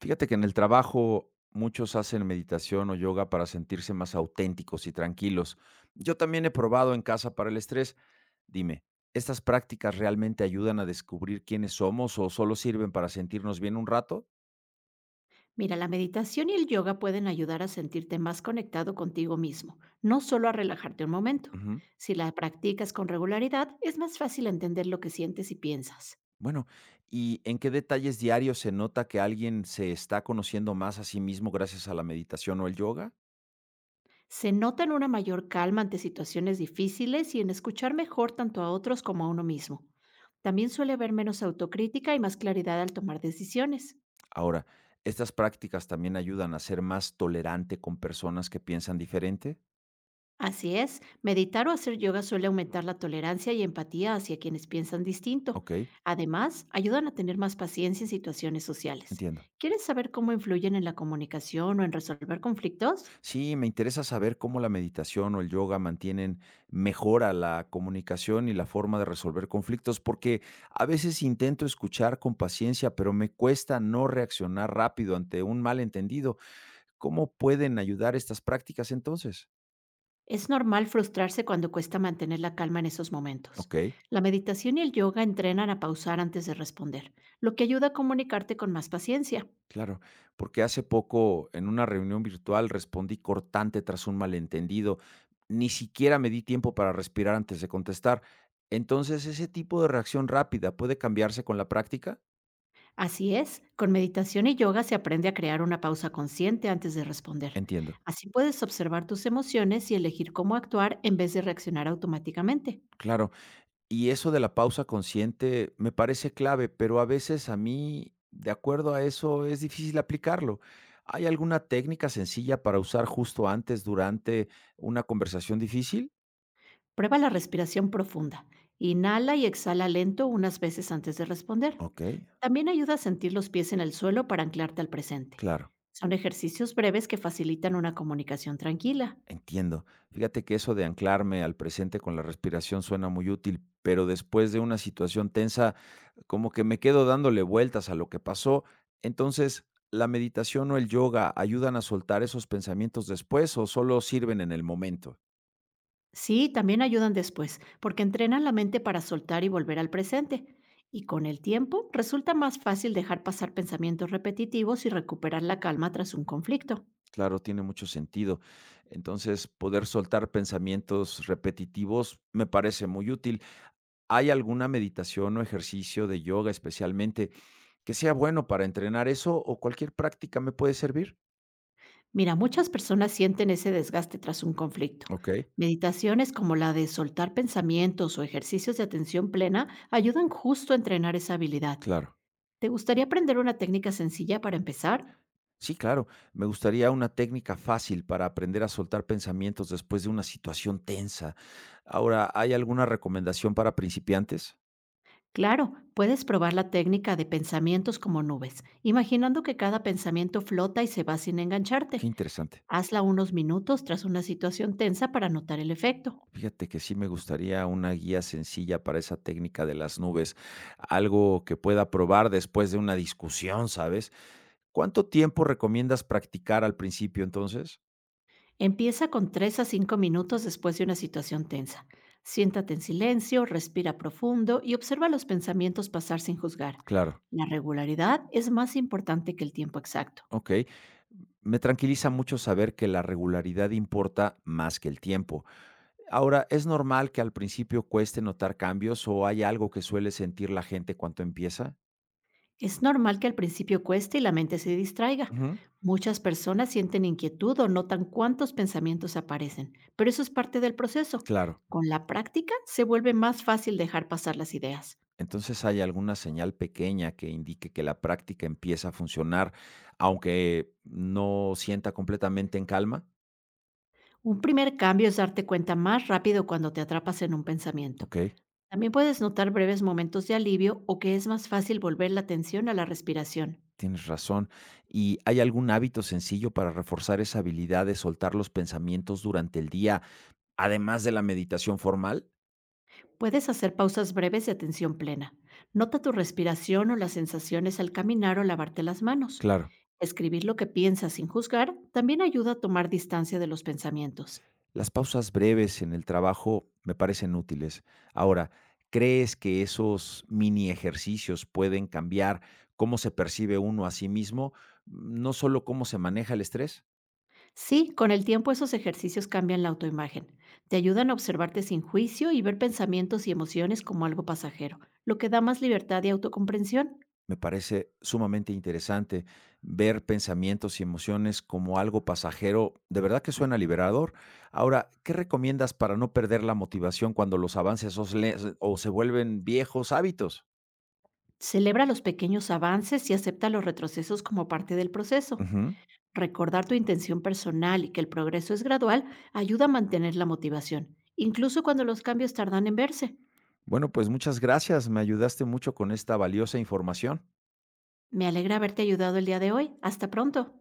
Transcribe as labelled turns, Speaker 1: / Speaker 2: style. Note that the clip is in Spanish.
Speaker 1: Fíjate que en el trabajo muchos hacen meditación o yoga para sentirse más auténticos y tranquilos. Yo también he probado en casa para el estrés. Dime, ¿estas prácticas realmente ayudan a descubrir quiénes somos o solo sirven para sentirnos bien un rato?
Speaker 2: Mira, la meditación y el yoga pueden ayudar a sentirte más conectado contigo mismo, no solo a relajarte un momento.
Speaker 1: Ujú.
Speaker 2: Si la practicas con regularidad, es más fácil entender lo que sientes y piensas.
Speaker 1: Bueno, ¿y en qué detalles diarios se nota que alguien se está conociendo más a sí mismo gracias a la meditación o el yoga?
Speaker 2: Se nota en una mayor calma ante situaciones difíciles y en escuchar mejor tanto a otros como a uno mismo. También suele haber menos autocrítica y más claridad al tomar decisiones.
Speaker 1: Ahora, ¿estas prácticas también ayudan a ser más tolerante con personas que piensan diferente?
Speaker 2: Así es, meditar o hacer yoga suele aumentar la tolerancia y empatía hacia quienes piensan distinto.
Speaker 1: Ok,
Speaker 2: Además, ayudan a tener más paciencia en situaciones sociales.
Speaker 1: entiendo.
Speaker 2: ¿Quieres saber cómo influyen en la comunicación o en resolver conflictos?
Speaker 1: Sí, me interesa saber cómo la meditación o el yoga mantienen mejora la comunicación y la forma de resolver conflictos, porque a veces intento escuchar con paciencia, pero me cuesta no reaccionar rápido ante un malentendido. ¿Cómo pueden ayudar estas prácticas entonces?
Speaker 2: Es normal frustrarse cuando cuesta mantener la calma en esos momentos.
Speaker 1: Ok,
Speaker 2: La meditación y el yoga entrenan a pausar antes de responder, lo que ayuda a comunicarte con más paciencia.
Speaker 1: claro, porque hace poco en una reunión virtual respondí cortante tras un malentendido. Ni siquiera me di tiempo para respirar antes de contestar. Entonces, ¿ese tipo de reacción rápida puede cambiarse con la práctica?
Speaker 2: Así es, con meditación y yoga se aprende a crear una pausa consciente antes de responder.
Speaker 1: Entiendo,
Speaker 2: Así puedes observar tus emociones y elegir cómo actuar en vez de reaccionar automáticamente.
Speaker 1: claro. Y eso de la pausa consciente me parece clave, pero a veces a mí, de acuerdo a eso, es difícil aplicarlo. ¿Hay alguna técnica sencilla para usar justo antes, durante una conversación difícil?
Speaker 2: Prueba la respiración profunda. Inhala y exhala lento unas veces antes de responder.
Speaker 1: Ok,
Speaker 2: También ayuda a sentir los pies en el suelo para anclarte al presente.
Speaker 1: claro.
Speaker 2: Son ejercicios breves que facilitan una comunicación tranquila.
Speaker 1: Entiendo. Fíjate que eso de anclarme al presente con la respiración suena muy útil, pero después de una situación tensa, como que me quedo dándole vueltas a lo que pasó. Entonces, ¿la meditación o el yoga ayudan a soltar esos pensamientos después o solo sirven en el momento?
Speaker 2: Sí, también ayudan después, porque entrenan la mente para soltar y volver al presente. Y con el tiempo resulta más fácil dejar pasar pensamientos repetitivos y recuperar la calma tras un conflicto.
Speaker 1: Claro, tiene mucho sentido. Entonces, poder soltar pensamientos repetitivos me parece muy útil. ¿Hay alguna meditación o ejercicio de yoga especialmente que sea bueno para entrenar eso o cualquier práctica me puede servir?
Speaker 2: Mira, muchas personas sienten ese desgaste tras un conflicto.
Speaker 1: Okey,
Speaker 2: Meditaciones como la de soltar pensamientos o ejercicios de atención plena ayudan justo a entrenar esa habilidad.
Speaker 1: claro.
Speaker 2: ¿Te gustaría aprender una técnica sencilla para empezar?
Speaker 1: Sí, claro. Me gustaría una técnica fácil para aprender a soltar pensamientos después de una situación tensa. Ahora, ¿hay alguna recomendación para principiantes?
Speaker 2: Claro, puedes probar la técnica de pensamientos como nubes, imaginando que cada pensamiento flota y se va sin
Speaker 1: Qué
Speaker 2: engancharte.
Speaker 1: interesante.
Speaker 2: Hazla unos minutos tras una situación tensa para notar el efecto.
Speaker 1: Fíjate que sí me gustaría una guía sencilla para esa técnica de las nubes, algo que pueda probar después de una discusión, ¿sabes? ¿Cuánto tiempo recomiendas practicar al principio entonces?
Speaker 2: Empieza con 3 a 5 minutos después de una situación tensa. Siéntate en silencio, respira profundo y observa los pensamientos pasar sin juzgar.
Speaker 1: Claro,
Speaker 2: La regularidad es más importante que el tiempo exacto.
Speaker 1: okey. Me tranquiliza mucho saber que la regularidad importa más que el tiempo. Ahora, ¿es normal que al principio cueste notar cambios o hay algo que suele sentir la gente cuando empieza?
Speaker 2: Es normal que al principio cueste y la mente se distraiga.
Speaker 1: Ujú.
Speaker 2: Muchas personas sienten inquietud o notan cuántos pensamientos aparecen, pero eso es parte del proceso.
Speaker 1: Claro.
Speaker 2: Con la práctica se vuelve más fácil dejar pasar las ideas.
Speaker 1: Entonces hay alguna señal pequeña que indique que la práctica empieza a funcionar, aunque no sienta completamente en calma.
Speaker 2: Un primer cambio es darte cuenta más rápido cuando te atrapas en un pensamiento.
Speaker 1: Ok,
Speaker 2: También puedes notar breves momentos de alivio o que es más fácil volver la atención a la respiración.
Speaker 1: tienes razón. ¿Y hay algún hábito sencillo para reforzar esa habilidad de soltar los pensamientos durante el día, además de la meditación formal?
Speaker 2: Puedes hacer pausas breves de atención plena. Nota tu respiración o las sensaciones al caminar o lavarte las manos.
Speaker 1: Claro.
Speaker 2: Escribir lo que piensas sin juzgar también ayuda a tomar distancia de los pensamientos.
Speaker 1: Las pausas breves en el trabajo me parecen útiles. Ahora, ¿crees que esos mini ejercicios pueden cambiar cómo se percibe uno a sí mismo? No solo cómo se maneja el estrés.
Speaker 2: Sí, con el tiempo esos ejercicios cambian la autoimagen. Te ayudan a observarte sin juicio y ver pensamientos y emociones como algo pasajero, lo que da más libertad y autocomprensión.
Speaker 1: Me parece sumamente interesante ver pensamientos y emociones como algo pasajero. De verdad que suena liberador. Ahora, ¿qué recomiendas para no perder la motivación cuando los avances o se vuelven viejos hábitos?
Speaker 2: Celebra los pequeños avances y acepta los retrocesos como parte del proceso.
Speaker 1: Ujú.
Speaker 2: Recordar tu intención personal y que el progreso es gradual ayuda a mantener la motivación, incluso cuando los cambios tardan en verse.
Speaker 1: Bueno, pues muchas gracias. Me ayudaste mucho con esta valiosa información.
Speaker 2: Me alegra haberte ayudado el día de hoy. Hasta pronto.